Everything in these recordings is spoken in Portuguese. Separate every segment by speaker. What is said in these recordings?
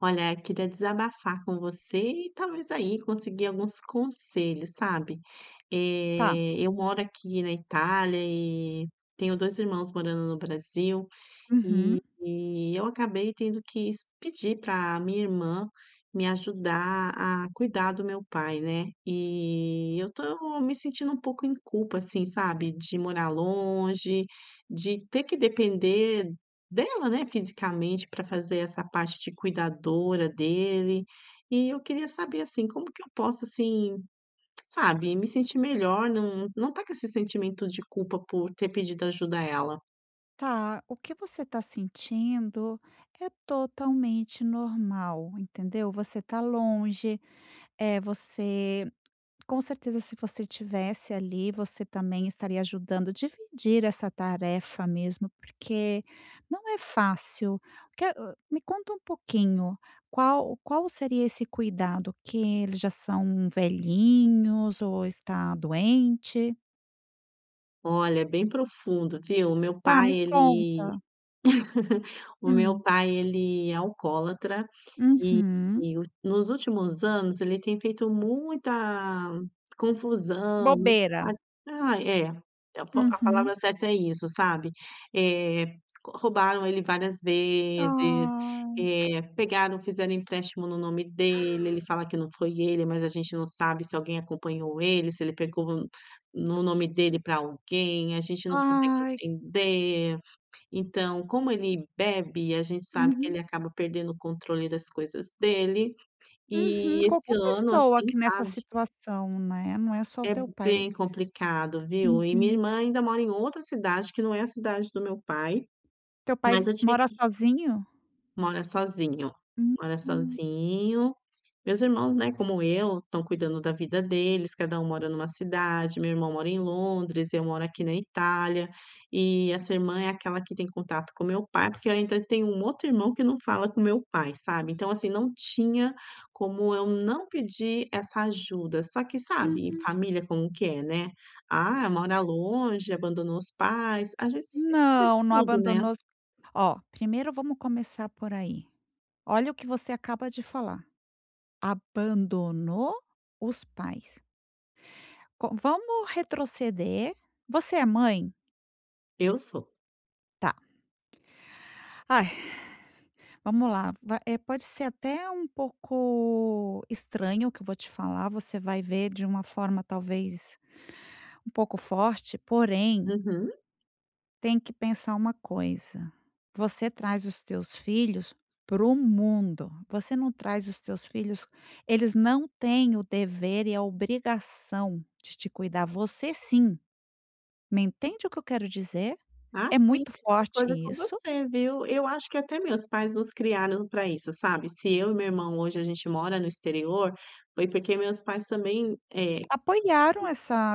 Speaker 1: Olha, eu queria desabafar com você e talvez aí conseguir alguns conselhos, sabe.
Speaker 2: Tá.
Speaker 1: Eu moro aqui na Itália e tenho 2 irmãos morando no Brasil, e
Speaker 2: Uhum.
Speaker 1: e eu acabei tendo que es pedir para minha irmã me ajudar a cuidar do meu pai, né. E eu tô me sentindo um pouco em culpa, assim, sabe, de morar longe, de ter que depender dela, né, fisicamente para fazer essa parte de cuidadora dele. E eu queria saber, assim, como que eu posso, assim, sabe, me sentir melhor, não tá com esse sentimento de culpa por ter pedido ajuda a ela.
Speaker 2: Tá, o que você está sentindo é totalmente normal, entendeu? Você está longe, é você. Com certeza, se você tivesse ali, você também estaria ajudando a dividir essa tarefa mesmo, porque não é fácil. Me conta um pouquinho, qual seria esse cuidado? Que eles já são velhinhos ou está doente?
Speaker 1: Olha, é bem profundo, viu. O meu
Speaker 2: Tá,
Speaker 1: pai
Speaker 2: me
Speaker 1: ele
Speaker 2: conta.
Speaker 1: o meu
Speaker 2: Hum.
Speaker 1: pai ele é alcoólatra, e
Speaker 2: Uhum.
Speaker 1: e o nos últimos anos ele tem feito muita confusão, muito
Speaker 2: Bobeira.
Speaker 1: a ah, é, a po a palavra
Speaker 2: Uhum.
Speaker 1: certa é isso, sabe. Eh, co roubaram ele várias vezes,
Speaker 2: Ai,
Speaker 1: pegaram, fizeram empréstimo no nome dele, ele fala que não foi ele, mas a gente não sabe se alguém acompanhou ele, se ele pegou no nome dele para alguém, a gente não consegue
Speaker 2: ai.
Speaker 1: entender. Então, como ele bebe, a gente sabe que
Speaker 2: Uhum,
Speaker 1: ele acaba perdendo o controle das coisas dele.
Speaker 2: uhum.
Speaker 1: E esse
Speaker 2: Qualquer
Speaker 1: ano,
Speaker 2: pessoa
Speaker 1: assim,
Speaker 2: que nessa
Speaker 1: sabe,
Speaker 2: situação, né, não é só o
Speaker 1: é
Speaker 2: teu pai.
Speaker 1: bem complicado, viu. E minha
Speaker 2: Uhum.
Speaker 1: irmã ainda mora em outra cidade que não é a cidade do meu pai,
Speaker 2: Teu pai v
Speaker 1: mas eu tive
Speaker 2: mora
Speaker 1: que
Speaker 2: sozinho?
Speaker 1: Mora sozinho,
Speaker 2: Hum,
Speaker 1: mora
Speaker 2: hum.
Speaker 1: sozinho. Meus irmãos, né, como eu, estão cuidando da vida deles, cada um mora numa cidade, meu irmão mora em Londres, eu moro aqui na Itália, e essa irmã é aquela que tem contato com meu pai, porque eu ainda tenho um outro irmão que não fala com meu pai, sabe. Então, assim, não tinha como eu não pedir essa ajuda, só que, sabe,
Speaker 2: Uhum.
Speaker 1: família como que é, né. Ah, mora longe, abandonou os pais, a gente escuta de
Speaker 2: Não, não
Speaker 1: tudo, né.
Speaker 2: abandonou os, ó, primeiro vamos começar por aí. Olha o que você acaba de falar: abandonou os pais. Co Vamos retroceder. Você é mãe?
Speaker 1: Eu sou.
Speaker 2: Tá. Ah, vamos lá, pode ser até um pouco estranho o que eu vou te falar, você vai ver de uma forma talvez um pouco forte, porém,
Speaker 1: Uhum.
Speaker 2: tem que pensar uma coisa: você traz os teus filhos para o mundo, você não traz os teus filhos, eles não têm o dever e a obrigação de te cuidar, você sim. Me entende o que eu quero dizer?
Speaker 1: Ah,
Speaker 2: É
Speaker 1: sim,
Speaker 2: muito
Speaker 1: qualquer
Speaker 2: forte
Speaker 1: coisa é com
Speaker 2: isso.
Speaker 1: você, viu. Eu acho que até meus pais nos criaram para isso, sabe. Se eu e meu irmão hoje a gente mora no exterior, foi porque meus pais também,
Speaker 2: Apoiaram essa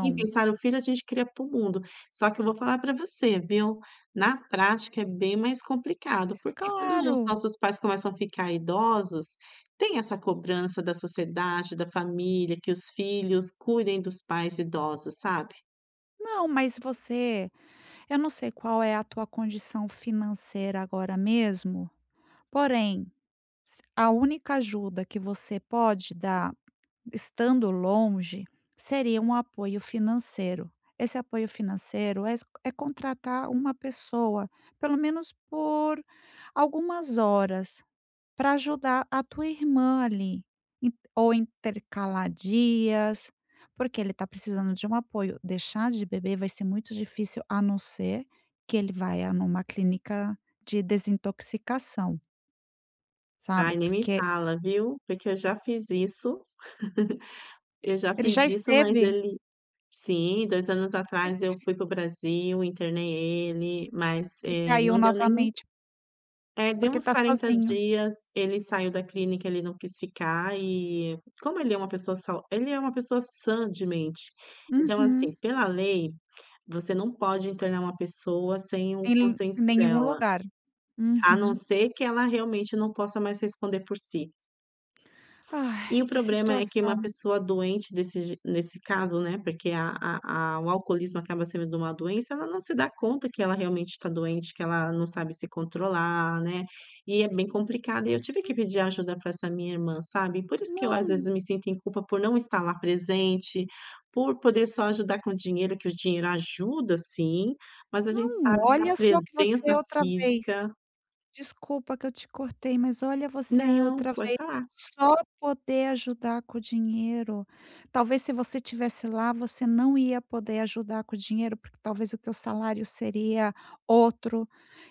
Speaker 1: sim, pensaram: "Filho, a gente cria para o mundo". Só que eu vou falar para você, viu, na prática é bem mais complicado, porque quando os
Speaker 2: Claro.
Speaker 1: nossos pais começam a ficar idosos, tem essa cobrança da sociedade, da família, que os filhos cuidem dos pais idosos, sabe.
Speaker 2: Não, mas você, eu não sei qual é a tua condição financeira agora mesmo, porém, s a única ajuda que você pode dar, estando longe, seria um apoio financeiro. Esse apoio financeiro é es é contratar uma pessoa, pelo menos por algumas horas, para ajudar a tua irmã ali, in ou intercalar dias, porque ele está precisando de um apoio. Deixar de beber vai ser muito difícil, a não ser que ele vai a numa clínica de desintoxicação,
Speaker 1: Ai,
Speaker 2: sabe,
Speaker 1: nem me
Speaker 2: porque
Speaker 1: fala, viu, porque Eu já
Speaker 2: ele já
Speaker 1: fiz isso, mas
Speaker 2: esteve
Speaker 1: ele sim, 2 anos atrás eu fui para o Brasil, internei ele, mas,
Speaker 2: e caiu
Speaker 1: não deu nem
Speaker 2: novamente,
Speaker 1: é, deu
Speaker 2: porque
Speaker 1: uns
Speaker 2: está
Speaker 1: 40
Speaker 2: sozinho.
Speaker 1: dias, ele saiu da clínica, ele não quis ficar e como ele é uma pessoa sau ele é uma pessoa sã de mente, então, assim,
Speaker 2: Uhum.
Speaker 1: pela lei, você não pode internar uma pessoa sem o
Speaker 2: Em
Speaker 1: consenso
Speaker 2: nenhum
Speaker 1: dela,
Speaker 2: lugar.
Speaker 1: a não
Speaker 2: Uhum.
Speaker 1: ser que ela realmente não possa mais responder por si. E
Speaker 2: Ai,
Speaker 1: o
Speaker 2: que
Speaker 1: problema é que uma
Speaker 2: situação.
Speaker 1: pessoa doente desse je nesse caso, né, porque a o alcoolismo acaba sendo uma doença, ela não se dá conta que ela realmente está doente, que ela não sabe se controlar, né, e é bem complicado. E eu tive que pedir ajuda para essa minha irmã, sabe. Por isso que eu às vezes
Speaker 2: Não,
Speaker 1: me sinto em culpa por não estar lá presente, por poder só ajudar com dinheiro, que o dinheiro ajuda sim, mas a gente
Speaker 2: não,
Speaker 1: sabe que a
Speaker 2: olha só que você
Speaker 1: presença
Speaker 2: é outra vez.
Speaker 1: física
Speaker 2: Desculpa que eu te cortei, mas olha você aí
Speaker 1: não,
Speaker 2: outra
Speaker 1: pode
Speaker 2: vez:
Speaker 1: falar.
Speaker 2: só poder ajudar com o dinheiro. Talvez se você tivesse lá, você não ia poder ajudar com o dinheiro, porque talvez o teu salário seria outro,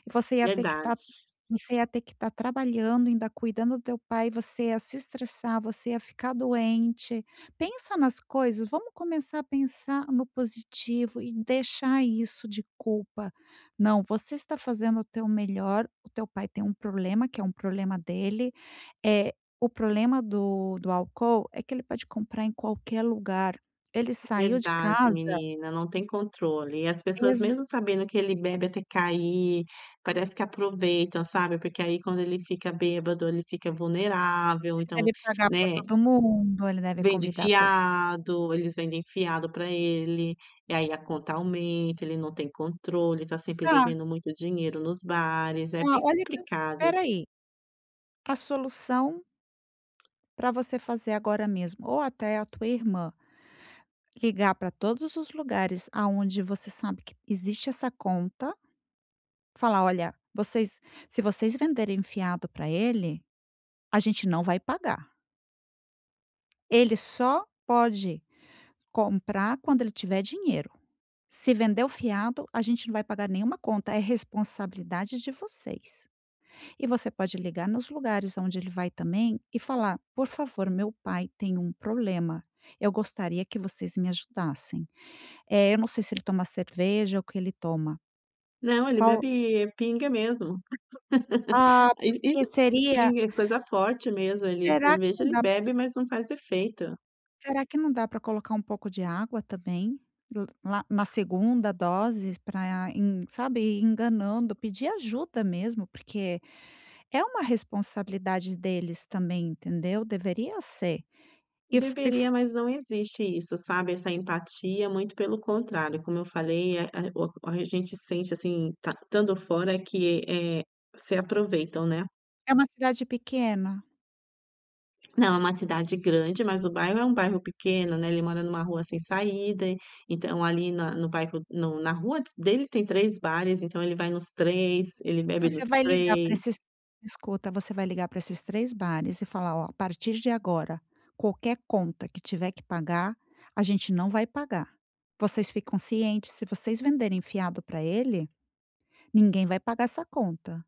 Speaker 2: e
Speaker 1: Verdade.
Speaker 2: você ia ter que estar trabalhando, ainda cuidando do teu pai, você ia se estressar, você ia ficar doente. Pensa nas coisas, vamos começar a pensar no positivo e deixar isso de culpa. Não, você está fazendo o teu melhor, o teu pai tem um problema, que é um problema dele. É, o problema do álcool é que ele pode comprar em qualquer lugar. Ele saiu de
Speaker 1: Verdade,
Speaker 2: casa,
Speaker 1: menina, não tem controle. E as pessoas,
Speaker 2: ex
Speaker 1: mesmo sabendo que ele bebe até cair, parece que aproveitam, sabe? Porque aí, quando ele fica bêbado, ele fica vulnerável.
Speaker 2: ele
Speaker 1: Então,
Speaker 2: deve pagar para
Speaker 1: né,
Speaker 2: todo mundo, ele deve
Speaker 1: vende
Speaker 2: convidar todo
Speaker 1: fiado, eles vendem fiado pra ele, e aí a conta aumenta, ele não tem controle, tá sempre
Speaker 2: tá,
Speaker 1: devendo muito dinheiro nos bares, é
Speaker 2: tá,
Speaker 1: bem
Speaker 2: olha que eu,
Speaker 1: complicado.
Speaker 2: espera aí, a solução para você fazer agora mesmo, ou até a tua irmã, ligar para todos os lugares aonde você sabe que existe essa conta. Falar: "Olha, vocês, se vocês venderem fiado para ele, a gente não vai pagar. Ele só pode comprar quando ele tiver dinheiro. Se vender o fiado, a gente não vai pagar nenhuma conta, é responsabilidade de vocês". E você pode ligar nos lugares onde ele vai também e falar: "Por favor, meu pai tem um problema. Eu gostaria que vocês me ajudassem. Eu não sei se ele toma cerveja, ou o que ele toma.
Speaker 1: Não, ele
Speaker 2: Qual"
Speaker 1: bebe pinga mesmo.
Speaker 2: "Ah,
Speaker 1: E e
Speaker 2: porque seria,
Speaker 1: pinga, é coisa forte mesmo. Ele
Speaker 2: será que
Speaker 1: cerveja
Speaker 2: não
Speaker 1: ele
Speaker 2: dá?"
Speaker 1: bebe, mas não faz efeito.
Speaker 2: Será que não dá para colocar um pouco de água também? L Lá na segunda dose para, sabe, ir enganando, pedir ajuda mesmo, porque é uma responsabilidade deles também, entendeu, deveria ser. E f
Speaker 1: Deveria, mas não existe isso, sabe? Essa empatia, muito pelo contrário, como eu falei, a gente sente assim, tá, estando fora, é que é, se aproveitam, né?
Speaker 2: é uma cidade pequena,
Speaker 1: Não, é uma cidade grande, mas o bairro é um bairro pequeno, né? Ele mora numa rua sem saída, e- então ali na, no bairro, no- na rua dele tem três bares, então ele vai nos três, ele bebe nos
Speaker 2: você vai ligar para
Speaker 1: três.
Speaker 2: esses escuta, você vai ligar para esses 3 bares e falar: "Ó, a partir de agora, qualquer conta que tiver que pagar, a gente não vai pagar. Vocês ficam cientes, se vocês venderem fiado para ele, ninguém vai pagar essa conta".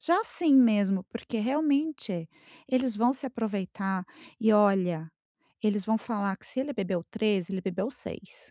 Speaker 2: Já assim mesmo, porque realmente eles vão se aproveitar, e olha, eles vão falar que se ele bebeu 3, ele bebeu seis.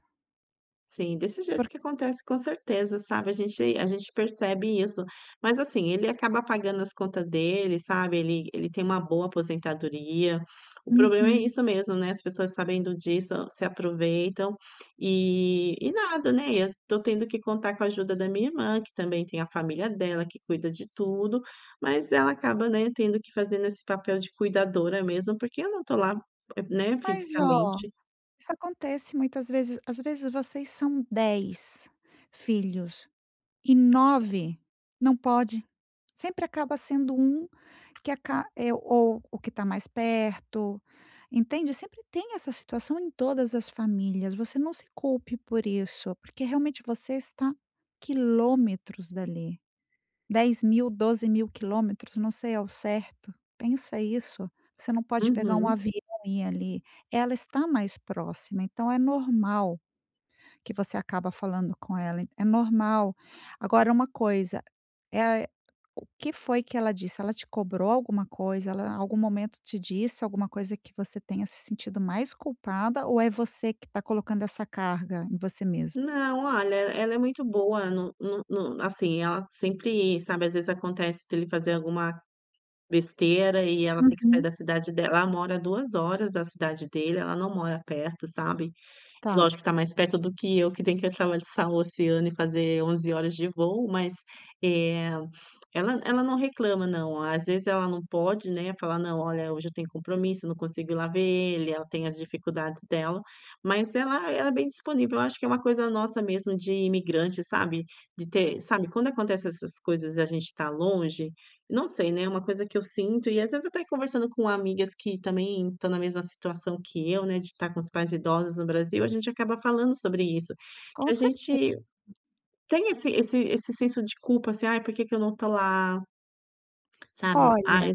Speaker 1: Sim, desse jeito que
Speaker 2: Porque
Speaker 1: acontece com certeza, sabe, a gente percebe isso. Mas assim, ele acaba pagando as contas dele, sabe, ele tem uma boa aposentadoria. O problema é
Speaker 2: Uhum.
Speaker 1: isso mesmo, né, as pessoas sabendo disso se aproveitam e nada, né, eu tô tendo que contar com a ajuda da minha irmã, que também tem a família dela, que cuida de tudo, mas ela acaba, né, tendo que fazer esse papel de cuidadora mesmo, porque eu não tô lá, né,
Speaker 2: Mas ó,
Speaker 1: fisicamente.
Speaker 2: isso acontece muitas vezes, às vezes vocês são 10 filhos e 9 não pode. Sempre acaba sendo um que aca é ou o que está mais perto, entende? Sempre tem essa situação em todas as famílias, você não se culpe por isso, porque realmente você está quilômetros dali, 10 mil, 12 mil quilômetros, não sei ao certo, pensa isso, você não pode pegar um
Speaker 1: Uhum.
Speaker 2: avião e ir ali, ela está mais próxima, então é normal. Que você acaba falando com ela, é normal. Agora uma coisa, é, o que foi que ela disse? Ela te cobrou alguma coisa? Ela, em algum momento, te disse alguma coisa que você tenha se sentido mais culpada ou é você que está colocando essa carga em você mesma?
Speaker 1: Não, olha, ela é muito boa, assim, ela sempre, sabe, às vezes acontece dele fazer alguma besteira e ela tem que sair
Speaker 2: Uhum.
Speaker 1: da cidade dela. Ela mora 2 horas da cidade dele, ela não mora perto, sabe?
Speaker 2: Tá,
Speaker 1: Lógico que tá mais perto do que eu, que tem que atravessar o oceano e fazer 11 horas de voo, mas, eh, ela não reclama não. Às vezes ela não pode, né, fala: "Não, olha, hoje eu tenho compromisso, não consigo ir lá ver ele", ela tem as dificuldades dela, mas ela é bem disponível. Eu acho que é uma coisa nossa mesmo de imigrante, sabe, de ter sabe, quando acontece essas coisas e a gente tá longe, não sei, né, é uma coisa que eu sinto e às vezes até conversando com amigas que também estão na mesma situação que eu, né, de estar com os pais idosos no Brasil, a gente acaba falando sobre isso, que
Speaker 2: com
Speaker 1: a
Speaker 2: certeza.
Speaker 1: gente tem esse senso de culpa, assim: "Ai, por que que eu não estou lá? Sabe, "Ai,
Speaker 2: Olha.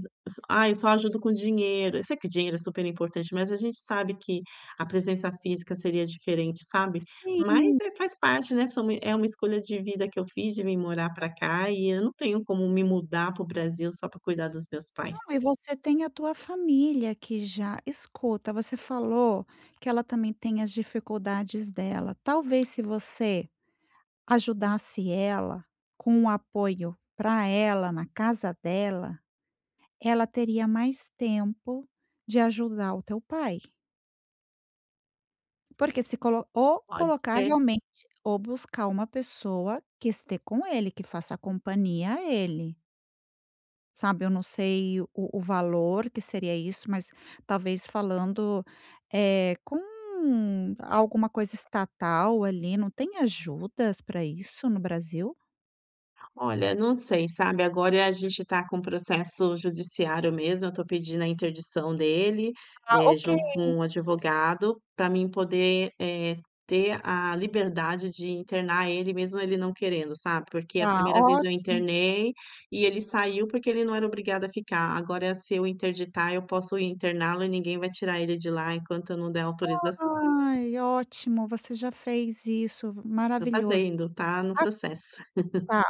Speaker 1: ah eu só ajudo com dinheiro". Eu sei que dinheiro é super importante, mas a gente sabe que a presença física seria diferente, sabe. Mas,
Speaker 2: Sim.
Speaker 1: faz parte, né, é uma escolha de vida que eu fiz de vim morar para cá e eu não tenho como me mudar para o Brasil só para cuidar dos meus pais.
Speaker 2: Não, e você tem a tua família que já escuta. Você falou que ela também tem as dificuldades dela. Talvez se você ajudasse ela, com um apoio para ela, na casa dela, ela teria mais tempo de ajudar o teu pai. Porque se colo ou
Speaker 1: Pode
Speaker 2: colocar
Speaker 1: ser.
Speaker 2: realmente, ou buscar uma pessoa que esteja com ele, que faça companhia a ele, sabe. Eu não sei o valor que seria isso, mas talvez falando, com alguma coisa estatal ali, não tem ajudas para isso no Brasil?
Speaker 1: Olha, não sei, sabe, agora a gente está com um processo judiciário mesmo, eu tô pedindo a interdição dele,
Speaker 2: Ah, ok,
Speaker 1: junto com um advogado, para mim poder, ter a liberdade de internar ele, mesmo ele não querendo, sabe, porque a
Speaker 2: tá
Speaker 1: primeira vez eu
Speaker 2: ótimo.
Speaker 1: internei e ele saiu, porque ele não era obrigado a ficar, agora se eu interditar, eu posso interná-lo e ninguém vai tirar ele de lá enquanto eu não der autorização.
Speaker 2: Ai, ótimo, você já fez isso,
Speaker 1: Estou
Speaker 2: maravilhoso.
Speaker 1: fazendo, tá no
Speaker 2: Ah,
Speaker 1: processo.
Speaker 2: tá.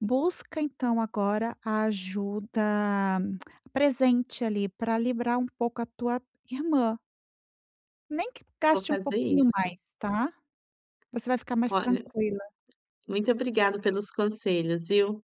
Speaker 2: Busca então agora a ajuda, hum, presente ali para livrar um pouco a tua irmã, nem que
Speaker 1: Vou
Speaker 2: gaste um
Speaker 1: fazer
Speaker 2: pouquinho
Speaker 1: isso.
Speaker 2: mais, tá? Você vai ficar mais
Speaker 1: Olha,
Speaker 2: tranquila.
Speaker 1: muito obrigada pelos conselhos, viu?